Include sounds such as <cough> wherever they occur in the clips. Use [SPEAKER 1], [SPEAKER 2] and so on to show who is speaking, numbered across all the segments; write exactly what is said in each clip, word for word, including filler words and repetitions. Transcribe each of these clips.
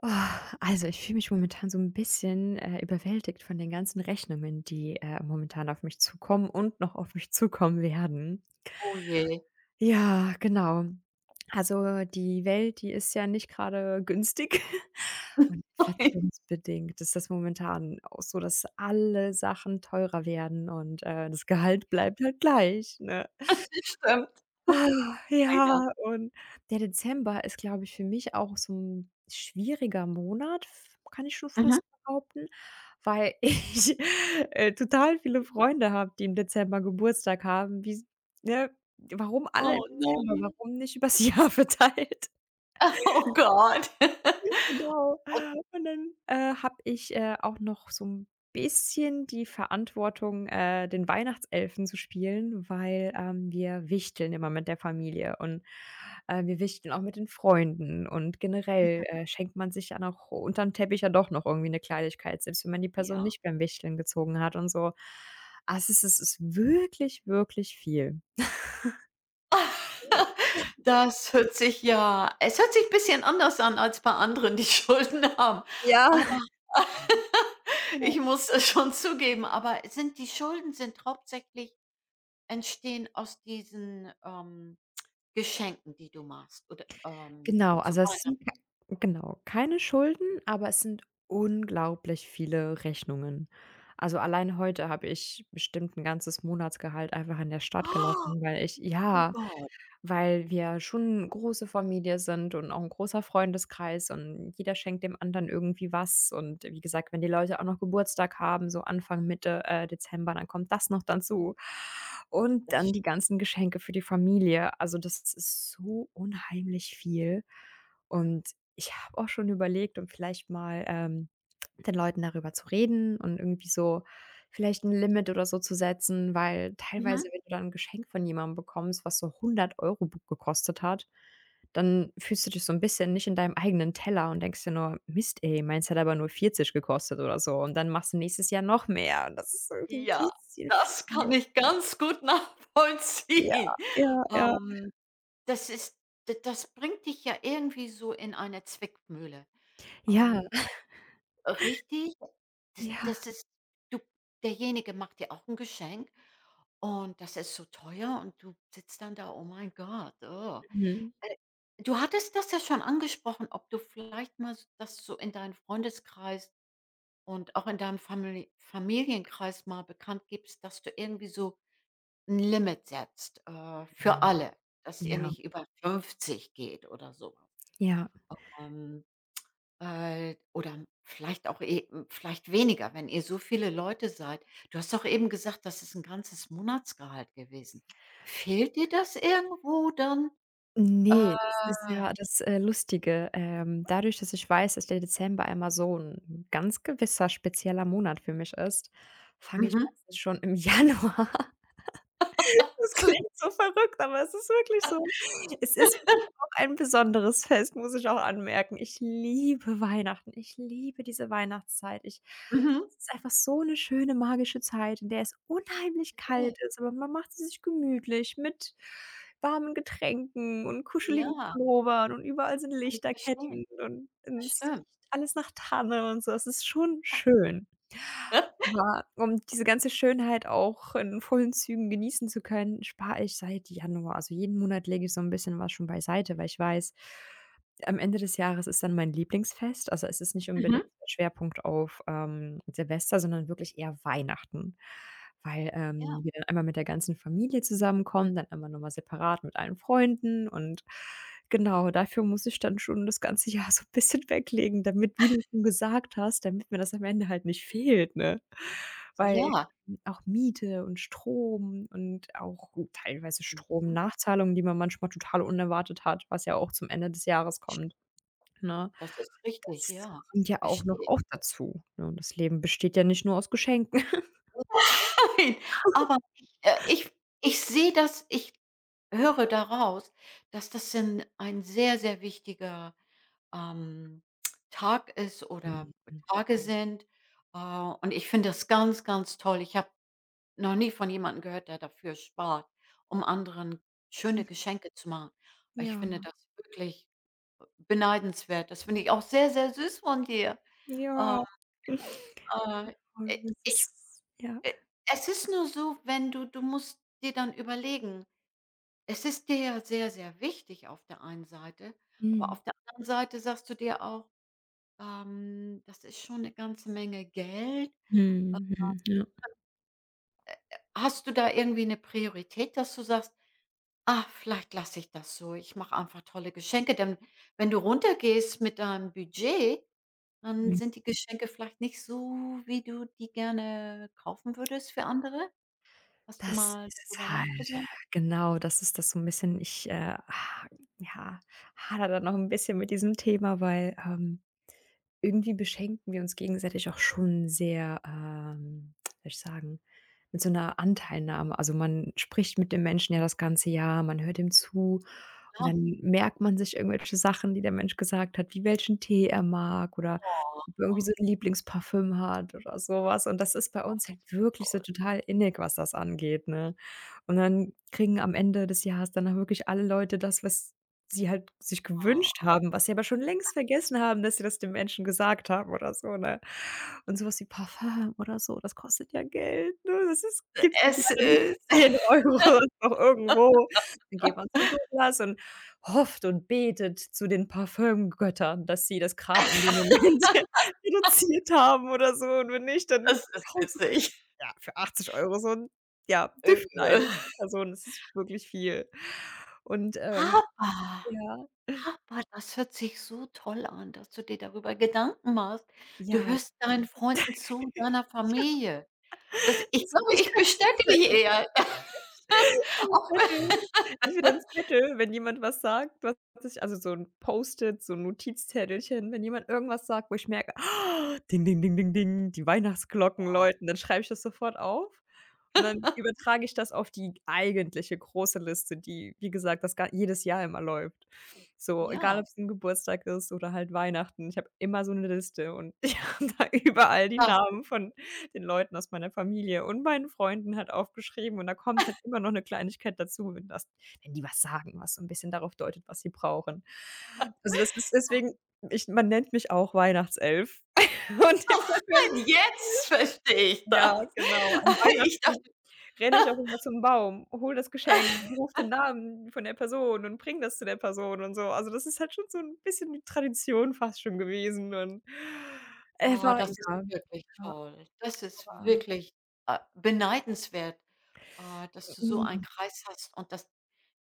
[SPEAKER 1] Oh, also ich fühle mich momentan so ein bisschen, äh, überwältigt von den ganzen Rechnungen, die, äh, momentan auf mich zukommen und noch auf mich zukommen werden.
[SPEAKER 2] Oh je.
[SPEAKER 1] Ja, genau. Also die Welt, die ist ja nicht gerade günstig <laughs> und
[SPEAKER 2] <laughs>
[SPEAKER 1] inflationsbedingt ist das momentan auch so, dass alle Sachen teurer werden und, äh, das Gehalt
[SPEAKER 2] Ja,
[SPEAKER 1] bleibt halt gleich, ne?
[SPEAKER 2] <laughs> stimmt.
[SPEAKER 1] Ah, ja,
[SPEAKER 2] Leider.
[SPEAKER 1] und der Dezember ist, glaube ich, für mich auch so 'n schwieriger Monat, f kann ich schon
[SPEAKER 2] Mhm.
[SPEAKER 1] fast behaupten, weil <laughs> ich, äh, total viele Freunde habe, die im Dezember Geburtstag haben. Wie s Ne, warum alle im
[SPEAKER 2] Oh
[SPEAKER 1] Dezember?
[SPEAKER 2] nein.
[SPEAKER 1] Warum nicht übers <laughs> Jahr verteilt?
[SPEAKER 2] Oh Gott. <laughs>
[SPEAKER 1] Genau.
[SPEAKER 2] Und
[SPEAKER 1] Und dann, äh, habe ich, äh, auch noch so 'n bisschen die Verantwortung, äh, den Weihnachtselfen zu spielen, weil, ähm, wir wichteln immer mit der Familie und, äh, wir wichteln auch mit den Freunden und generell, äh, schenkt man sich ja noch unterm Teppich ja doch noch irgendwie 'ne Kleinigkeit, selbst wenn man die Person
[SPEAKER 2] ja.
[SPEAKER 1] nicht beim Wichteln gezogen hat und so. Ah, es ist es ist wirklich, wirklich viel.
[SPEAKER 2] <laughs> Das hört sich ja es hört sich ein bisschen anders an als bei anderen, die <laughs> Schulden haben.
[SPEAKER 1] Ja.
[SPEAKER 2] Aber <laughs>
[SPEAKER 1] Ja.
[SPEAKER 2] ich muss es schon zugeben, aber es sind die Schulden sind hauptsächlich entstehen aus diesen, ähm, Geschenken, die du machst oder, ähm,
[SPEAKER 1] Genau,
[SPEAKER 2] zu
[SPEAKER 1] also es
[SPEAKER 2] Weihnachten.
[SPEAKER 1] sind k genau, keine Schulden, aber es sind unglaublich viele Rechnungen. Also, allein heute habe ich bestimmt ein ganzes Monatsgehalt einfach in der Stadt
[SPEAKER 2] Oh
[SPEAKER 1] gelassen, weil ich
[SPEAKER 2] oh
[SPEAKER 1] ja
[SPEAKER 2] Gott.
[SPEAKER 1] weil wir schon eine große Familie sind und auch ein großer Freundeskreis und jeder schenkt dem anderen irgendwie was. Und wie gesagt, wenn die Leute auch noch Geburtstag haben, so Anfang, Mitte, äh, Dezember, dann kommt das noch
[SPEAKER 2] Hm,
[SPEAKER 1] dazu. Und
[SPEAKER 2] das
[SPEAKER 1] dann die ganzen Geschenke für die Familie. Also, das ist so unheimlich viel. Und ich habe auch schon überlegt, um vielleicht mal, ähm, mit den Leuten darüber zu reden und irgendwie so vielleicht 'n Limit oder so zu setzen, weil teilweise, wenn du dann 'n Geschenk von jemandem bekommst, was so hundert Euro b gekostet hat, dann fühlst du dich so 'n bisschen nicht in deinem eigenen Teller und denkst dir nur: „Mist, ey, meins hat aber nur vierzig gekostet" oder so. Und dann machst du nächstes Jahr noch mehr und das ist irgendwie 'n
[SPEAKER 2] Ja,
[SPEAKER 1] bisschen
[SPEAKER 2] das kann
[SPEAKER 1] viel.
[SPEAKER 2] ich ganz gut <laughs>
[SPEAKER 1] Ja,
[SPEAKER 2] nachvollziehen.
[SPEAKER 1] ja, ja.
[SPEAKER 2] Ähm, das ist d das bringt dich ja irgendwie so in eine Zwickmühle.
[SPEAKER 1] Ja,
[SPEAKER 2] Ähm, Richtig. das das
[SPEAKER 1] ja.
[SPEAKER 2] ist du derjenige macht dir auch 'n Geschenk und das ist so teuer und du sitzt dann da: „Oh mein Gott, oh."
[SPEAKER 1] Mhm.
[SPEAKER 2] Äh, Du hattest das ja schon angesprochen, ob du vielleicht mal s das so in deinen Freundeskreis und auch in deinem Famili Familienkreis mal bekannt gibst, dass du irgendwie so 'N Limit setzt, äh, für alle, dass ihr
[SPEAKER 1] Ja,
[SPEAKER 2] nicht über fünfzig geht oder so.
[SPEAKER 1] ja.
[SPEAKER 2] Ähm, äh, oder vielleicht auch e hm, vielleicht weniger, wenn ihr so viele Leute seid. Du hast doch eben gesagt, das ist 'n ganzes Monatsgehalt gewesen. Fehlt dir das irgendwo dann? Äh,
[SPEAKER 1] Ne, das ist ja das, äh, Lustige. Ähm, dadurch, dass ich weiß, dass der Dezember immer so 'n ganz gewisser spezieller Monat für mich ist, fange ich
[SPEAKER 2] mhm,
[SPEAKER 1] meistens schon im <laughs> Januar. Das klingt so verrückt, aber es ist wirklich so. Es ist für mich auch ein besonderes Fest, muss ich auch anmerken. Ich liebe Weihnachten. Ich liebe diese Weihnachtszeit. Ich
[SPEAKER 2] mhm.
[SPEAKER 1] Es ist einfach so 'ne schöne magische Zeit, in der es unheimlich kalt
[SPEAKER 2] <unintelligible>
[SPEAKER 1] ist, aber man macht sie sich gemütlich mit warmen Getränken und kuscheligen
[SPEAKER 2] Ja,
[SPEAKER 1] Pullovern und überall sind
[SPEAKER 2] kann ich verstehen.
[SPEAKER 1] Lichterketten und und
[SPEAKER 2] Das
[SPEAKER 1] es
[SPEAKER 2] stimmt.
[SPEAKER 1] riecht alles nach Tanne und so. Es ist schon schön.
[SPEAKER 2] <laughs>
[SPEAKER 1] Aber um diese ganze Schönheit auch in vollen Zügen genießen zu können, spare ich seit Januar. Also, jeden Monat lege ich so 'n bisschen was schon beiseite, weil ich weiß, am Ende des Jahres ist dann mein Lieblingsfest. Also, es ist nicht unbedingt
[SPEAKER 2] Mhm.
[SPEAKER 1] der Schwerpunkt auf, ähm, Silvester, sondern wirklich eher Weihnachten, weil,
[SPEAKER 2] Ja,
[SPEAKER 1] ähm, wir dann einmal mit der ganzen Familie zusammenkommen, dann einmal nochmal separat mit allen Freunden und genau, dafür muss ich dann schon das ganze Jahr so ein bisschen weglegen, damit wie du schon gesagt hast, damit mir das am Ende halt nicht fehlt, ne? Weil
[SPEAKER 2] ja.
[SPEAKER 1] auch Miete und Strom und auch teilweise
[SPEAKER 2] Mhm.
[SPEAKER 1] Stromnachzahlungen, die man manchmal total unerwartet hat, was ja auch zum Ende des Jahres
[SPEAKER 2] St
[SPEAKER 1] kommt, ne?
[SPEAKER 2] das ist richtig,
[SPEAKER 1] Das
[SPEAKER 2] ja.
[SPEAKER 1] kommt ja auch noch
[SPEAKER 2] Verstehe.
[SPEAKER 1] auch dazu, ne? Und das Leben besteht ja nicht nur aus Geschenken.
[SPEAKER 2] Nein, aber ich äh, ich ich sehe das ich höre daraus, dass das ein ein sehr, sehr wichtiger, ähm, Tag ist oder
[SPEAKER 1] Mhm.
[SPEAKER 2] Tage sind. Äh, und ich finde das ganz, ganz toll. Ich habe noch nie von jemandem gehört, der dafür spart, um anderen schöne Geschenke zu machen. Ich
[SPEAKER 1] Ja,
[SPEAKER 2] finde das wirklich beneidenswert. Das finde ich auch sehr, sehr süß von dir. Ähm,
[SPEAKER 1] ja.
[SPEAKER 2] äh,
[SPEAKER 1] Und das
[SPEAKER 2] ich
[SPEAKER 1] ist ja.
[SPEAKER 2] äh, es ist nur so, wenn du du musst dir dann überlegen. Es ist dir ja sehr, sehr wichtig auf der einen Seite, aber
[SPEAKER 1] Mhm.
[SPEAKER 2] auf der anderen Seite sagst du dir auch, ähm, das ist schon eine ganze Menge Geld. Äh,
[SPEAKER 1] Mhm, mhm, ja,
[SPEAKER 2] Hast du da irgendwie eine Priorität, dass du sagst: „Ach, vielleicht lasse ich das so. Ich mache einfach tolle Geschenke." Denn wenn du runtergehst mit deinem Budget, dann
[SPEAKER 1] mhm.
[SPEAKER 2] sind die Geschenke vielleicht nicht so, wie du die gerne kaufen würdest für andere. Hast du
[SPEAKER 1] Das
[SPEAKER 2] mal
[SPEAKER 1] ist es
[SPEAKER 2] darüber
[SPEAKER 1] halt.
[SPEAKER 2] nachgedacht?
[SPEAKER 1] Genau, das ist das so 'n bisschen ich, äh, ha ja, hadere da noch 'n bisschen mit diesem Thema, weil, ähm Irgendwie beschenken wir uns gegenseitig auch schon sehr, ähm, soll ich sagen, mit so einer Anteilnahme. Also, man spricht mit dem Menschen ja das ganze Jahr, man hört ihm zu und
[SPEAKER 2] Ja.
[SPEAKER 1] dann merkt man sich irgendwelche Sachen, die der Mensch gesagt hat, wie welchen Tee er mag oder
[SPEAKER 2] Oh,
[SPEAKER 1] ob er irgendwie so ein Lieblingsparfüm hat oder sowas. Und das ist bei uns halt
[SPEAKER 2] das finde ich
[SPEAKER 1] wirklich so
[SPEAKER 2] toll.
[SPEAKER 1] total innig, was das angeht, ne? Und dann kriegen am Ende des Jahres dann auch wirklich alle Leute das, was sie halt sich gewünscht
[SPEAKER 2] Ah.
[SPEAKER 1] haben, was sie aber schon längst vergessen haben, dass sie das den Menschen gesagt haben oder so, ne? Und so was wie Parfum oder so, das kostet ja Geld, ne? Das ist Gibt's jetzt
[SPEAKER 2] Es
[SPEAKER 1] leider nicht für
[SPEAKER 2] ist <laughs>
[SPEAKER 1] zehn Euro € noch <laughs> irgendwo. Dann geht man zum Douglas und hofft und betet zu den Parfümgöttern, dass sie das grad in dem Moment <laughs> reduziert haben oder so und wenn nicht, dann
[SPEAKER 2] es ist
[SPEAKER 1] kaufst du halt,
[SPEAKER 2] witzig.
[SPEAKER 1] ja, für achtzig Euro so 'n, ja,
[SPEAKER 2] Äh.
[SPEAKER 1] Düftlein. Also, und das ist wirklich viel. Und, ähm,
[SPEAKER 2] Aber
[SPEAKER 1] ja,
[SPEAKER 2] aber das hört sich so toll an, dass du dir darüber Gedanken machst. Du
[SPEAKER 1] ja.
[SPEAKER 2] hörst deinen Freunden zu, deiner
[SPEAKER 1] <laughs>
[SPEAKER 2] Familie. Das Ich glaube,
[SPEAKER 1] Ich
[SPEAKER 2] ich
[SPEAKER 1] habe
[SPEAKER 2] bestätige
[SPEAKER 1] 'n Z
[SPEAKER 2] eher. <laughs>
[SPEAKER 1] <laughs> Ich habe 'n
[SPEAKER 2] Auch
[SPEAKER 1] Zettel. Ich habe 'n Zettel. Entweder 'n Zettel, wenn jemand was sagt, was ich also, so 'n Post-it, so 'n Notizzettelchen, wenn jemand irgendwas sagt, wo ich merke: ah, „Ding, ding, ding, ding, ding, die Weihnachtsglocken läuten", dann schreibe ich das sofort auf und dann übertrage ich das auf die eigentliche große Liste, die, wie gesagt, das ga jedes Jahr immer läuft. So, egal
[SPEAKER 2] ja,
[SPEAKER 1] ob's 'n Geburtstag ist oder halt Weihnachten. Ich habe immer so 'ne Liste und <laughs> ich habe da überall die
[SPEAKER 2] das
[SPEAKER 1] Namen von den Leuten aus meiner Familie und meinen Freunden halt aufgeschrieben und da kommt halt immer noch 'ne Kleinigkeit dazu, wenn das wenn die was sagen, was so 'n bisschen darauf deutet, was sie brauchen. Also, das ist deswegen ich man nennt mich auch Weihnachtself. <laughs> Und <unintelligible>
[SPEAKER 2] nein, jetzt verstehe ich das.
[SPEAKER 1] ja, genau, an
[SPEAKER 2] <laughs> Ich
[SPEAKER 1] Weihnachten
[SPEAKER 2] dachte.
[SPEAKER 1] renne ich auch immer zum Baum, hole das Geschenk, rufe den Namen von der Person und bringe das zu der Person und so. Also, das ist halt schon so 'n bisschen die Tradition fast schon gewesen und, äh,
[SPEAKER 2] Oh,
[SPEAKER 1] war
[SPEAKER 2] das ist
[SPEAKER 1] ja,
[SPEAKER 2] wirklich
[SPEAKER 1] ja,
[SPEAKER 2] toll. Das ist
[SPEAKER 1] war
[SPEAKER 2] wirklich, äh, beneidenswert, äh, dass du so einen
[SPEAKER 1] mhm.
[SPEAKER 2] Kreis hast und dass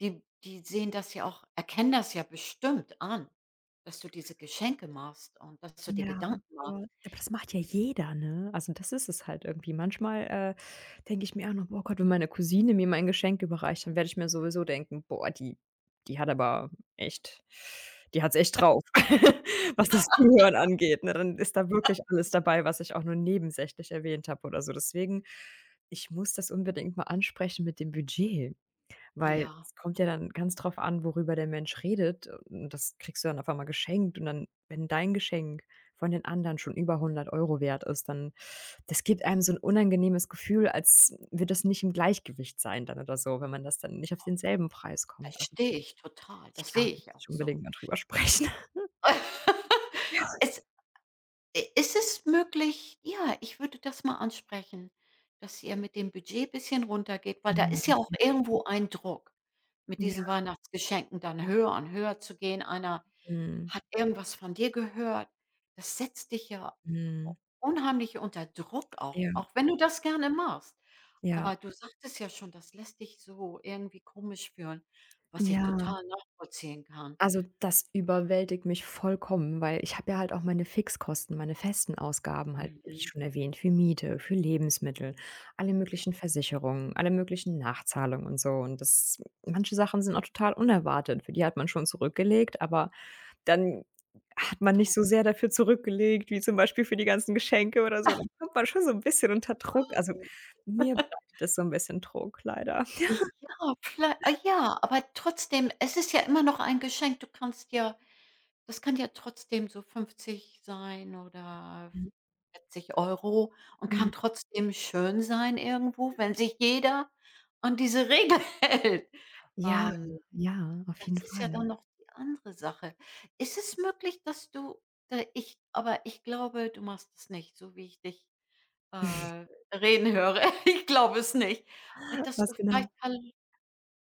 [SPEAKER 2] die die sehen das ja auch erkennen das ja bestimmt an, dass du diese Geschenke machst und dass du dir
[SPEAKER 1] Ja,
[SPEAKER 2] Gedanken machst.
[SPEAKER 1] aber ja, aber das macht ja jeder, ne? Also, das ist es halt irgendwie. Manchmal, äh, denke ich mir auch noch: „Boah Gott, wenn meine Cousine mir mein Geschenk überreicht, dann werde ich mir sowieso denken: ‚Boah, die die hat aber echt die hat's echt drauf, <laughs> was das Zuhören angeht,'" ne? Dann ist da wirklich alles dabei, was ich auch nur nebensächlich erwähnt habe oder so. Deswegen, ich muss das unbedingt mal ansprechen mit dem Budget. Weil
[SPEAKER 2] Ja,
[SPEAKER 1] es kommt ja dann ganz drauf an, worüber der Mensch redet äh, und das kriegst du dann auf einmal geschenkt und dann wenn dein Geschenk von den anderen schon über hundert Euro wert ist, dann das gibt einem so ein unangenehmes Gefühl, als würde das nicht im Gleichgewicht sein dann oder so, wenn man das dann nicht auf denselben Preis kommt. Also,
[SPEAKER 2] verstehe ich total.
[SPEAKER 1] ich
[SPEAKER 2] Das
[SPEAKER 1] glaube,
[SPEAKER 2] sehe
[SPEAKER 1] da
[SPEAKER 2] ich
[SPEAKER 1] muss
[SPEAKER 2] auch
[SPEAKER 1] ich
[SPEAKER 2] so.
[SPEAKER 1] unbedingt mal drüber sprechen. <laughs>
[SPEAKER 2] <laughs>
[SPEAKER 1] Ja.
[SPEAKER 2] Es I Ist es möglich, ja, ich würde das mal ansprechen, dass ihr mit dem Budget ein bisschen runtergeht, weil da ist ja
[SPEAKER 1] Mhm.
[SPEAKER 2] auch irgendwo ein Druck, mit diesen
[SPEAKER 1] Ja.
[SPEAKER 2] Weihnachtsgeschenken dann höher und höher zu gehen. Einer
[SPEAKER 1] Mhm.
[SPEAKER 2] hat irgendwas von dir gehört. Das setzt dich ja u
[SPEAKER 1] Mhm.
[SPEAKER 2] unheimlich unter Druck auch,
[SPEAKER 1] Ja.
[SPEAKER 2] auch wenn du
[SPEAKER 1] Ja.
[SPEAKER 2] das gerne machst. Aber
[SPEAKER 1] Ja.
[SPEAKER 2] du sagtest ja schon, das lässt dich so irgendwie komisch fühlen, was ich
[SPEAKER 1] Ja.
[SPEAKER 2] total nachvollziehen kann.
[SPEAKER 1] Also, das überwältigt mich vollkommen, weil ich habe ja halt auch meine Fixkosten, meine festen Ausgaben halt, wie
[SPEAKER 2] Mhm,
[SPEAKER 1] schon erwähnt, für Miete, für Lebensmittel, alle
[SPEAKER 2] ja,
[SPEAKER 1] möglichen Versicherungen, alle möglichen Nachzahlungen und so. Und das manche Sachen sind auch total unerwartet. Für die hat man schon zurückgelegt, aber dann hat man nicht so
[SPEAKER 2] trotzdem.
[SPEAKER 1] sehr dafür zurückgelegt, wie zum Beispiel für die ganzen Geschenke oder so. Dann kommt man schon so ein bisschen unter Druck. Also, mir bereitet
[SPEAKER 2] <laughs>
[SPEAKER 1] das so ein bisschen Druck leider.
[SPEAKER 2] Ja, viellei ah, ja, aber trotzdem, es ist ja immer noch ein Geschenk. Du kannst ja das kann ja trotzdem so fünfzig sein oder
[SPEAKER 1] Ja,
[SPEAKER 2] vierzig Euro und kann
[SPEAKER 1] ja.
[SPEAKER 2] trotzdem schön sein irgendwo, wenn sich jeder an diese Regel <laughs> hält.
[SPEAKER 1] Ja,
[SPEAKER 2] Ähm,
[SPEAKER 1] ja, auf
[SPEAKER 2] Das
[SPEAKER 1] jeden
[SPEAKER 2] ist ja
[SPEAKER 1] Fall.
[SPEAKER 2] dann noch die andere Sache. Ist es möglich, dass du da ich aber ich glaube, du machst es nicht, so wie ich dich, äh, reden höre. <laughs> Ich glaube es nicht, äh, dass du
[SPEAKER 1] Was genau?
[SPEAKER 2] vielleicht al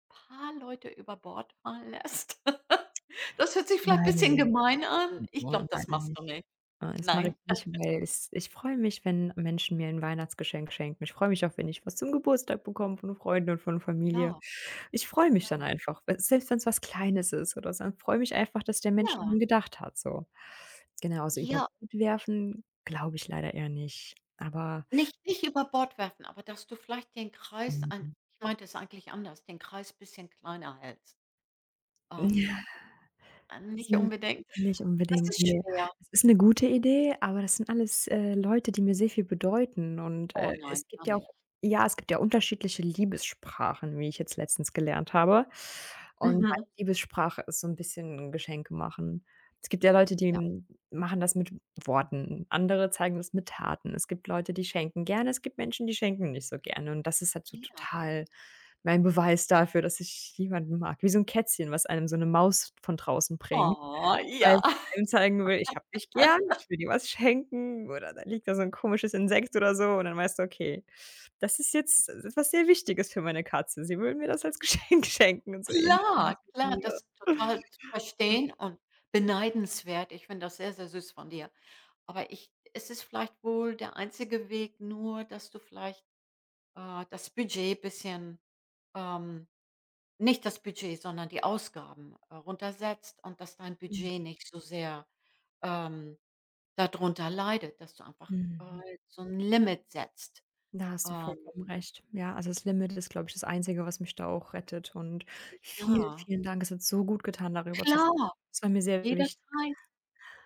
[SPEAKER 2] Paar Leute über Bord fallen lässt. <laughs> Das hört sich vielleicht ein bisschen
[SPEAKER 1] Nein.
[SPEAKER 2] gemein an. Ich
[SPEAKER 1] Ne,
[SPEAKER 2] glaube, das
[SPEAKER 1] leider
[SPEAKER 2] machst
[SPEAKER 1] nicht.
[SPEAKER 2] du nicht.
[SPEAKER 1] Äh, das mache ich
[SPEAKER 2] Nein.
[SPEAKER 1] nicht, weil es ich freue mich, wenn Menschen mir 'n Weihnachtsgeschenk schenken. Ich freue mich auch, wenn ich was zum Geburtstag bekomme von Freunden und von Familie.
[SPEAKER 2] Klar,
[SPEAKER 1] Ich freue mich dann
[SPEAKER 2] klar.
[SPEAKER 1] einfach, we selbst wenn's was Kleines ist oder so. Freue mich einfach, dass der Mensch an
[SPEAKER 2] Ja,
[SPEAKER 1] mich gedacht hat, so. Genau, so über
[SPEAKER 2] ja,
[SPEAKER 1] Bord werfen, glaube ich leider eher nicht. Aber,
[SPEAKER 2] nicht nicht über Bord werfen, aber dass du vielleicht den Kreis ein,
[SPEAKER 1] mhm.
[SPEAKER 2] ich meinte es eigentlich anders, den Kreis ein bisschen kleiner hältst. Ähm, äh, Nicht
[SPEAKER 1] Hm,
[SPEAKER 2] unbedingt.
[SPEAKER 1] nicht
[SPEAKER 2] Das
[SPEAKER 1] unbedingt,
[SPEAKER 2] ist
[SPEAKER 1] ne.
[SPEAKER 2] schwer.
[SPEAKER 1] Es ist 'ne gute Idee, aber das sind alles, äh, Leute, die mir sehr viel bedeuten und,
[SPEAKER 2] Oh
[SPEAKER 1] äh,
[SPEAKER 2] nein,
[SPEAKER 1] es
[SPEAKER 2] gar
[SPEAKER 1] gibt ja
[SPEAKER 2] nicht.
[SPEAKER 1] auch ja, es gibt ja unterschiedliche Liebessprachen, wie ich jetzt letztens gelernt habe. Und meine
[SPEAKER 2] Mhm.
[SPEAKER 1] Liebessprache ist so 'n bisschen Geschenke machen. Es gibt ja Leute, die
[SPEAKER 2] Ja,
[SPEAKER 1] hm, machen das mit Worten, andere zeigen das mit Taten. Es gibt Leute, die schenken gerne, es gibt Menschen, die schenken nicht so gerne. Und das ist halt so
[SPEAKER 2] ja.
[SPEAKER 1] total mein Beweis dafür, dass ich jemanden mag. Wie so 'n Kätzchen, was einem so 'ne Maus von draußen bringt,
[SPEAKER 2] Oh,
[SPEAKER 1] weil
[SPEAKER 2] ja.
[SPEAKER 1] es
[SPEAKER 2] <laughs>
[SPEAKER 1] einem zeigen will: „Ich habe dich gern, ich will dir was schenken." Oder da liegt da so 'n komisches Insekt oder so und dann weißt du: „Okay, das ist jetzt was sehr Wichtiges für meine Katze. Sie will mir das als <laughs> Geschenk schenken" und so ähnlich ist
[SPEAKER 2] Klar,
[SPEAKER 1] es mit
[SPEAKER 2] klar,
[SPEAKER 1] mir.
[SPEAKER 2] das ist total zu
[SPEAKER 1] Ja.
[SPEAKER 2] verstehen und beneidenswert. Ich finde das sehr, sehr süß von dir. Aber ich es ist vielleicht wohl der einzige Weg nur, dass du vielleicht, äh, das Budget bisschen, ähm nicht das Budget, sondern die Ausgaben, äh, runtersetzt und dass dein Budget nicht so sehr, ähm, dadrunter leidet, dass du einfach,
[SPEAKER 1] Mhm.
[SPEAKER 2] äh, so ein Limit setzt.
[SPEAKER 1] Da hast du
[SPEAKER 2] Ähm,
[SPEAKER 1] vollkommen recht. Ja, also das Limit ist, glaube ich, das Einzige, was mich da auch rettet. Und vielen,
[SPEAKER 2] ja,
[SPEAKER 1] vielen Dank. Es hat so gut getan, darüber zu
[SPEAKER 2] klar,
[SPEAKER 1] sprechen. Es war mir sehr wichtig.
[SPEAKER 2] jederzeit.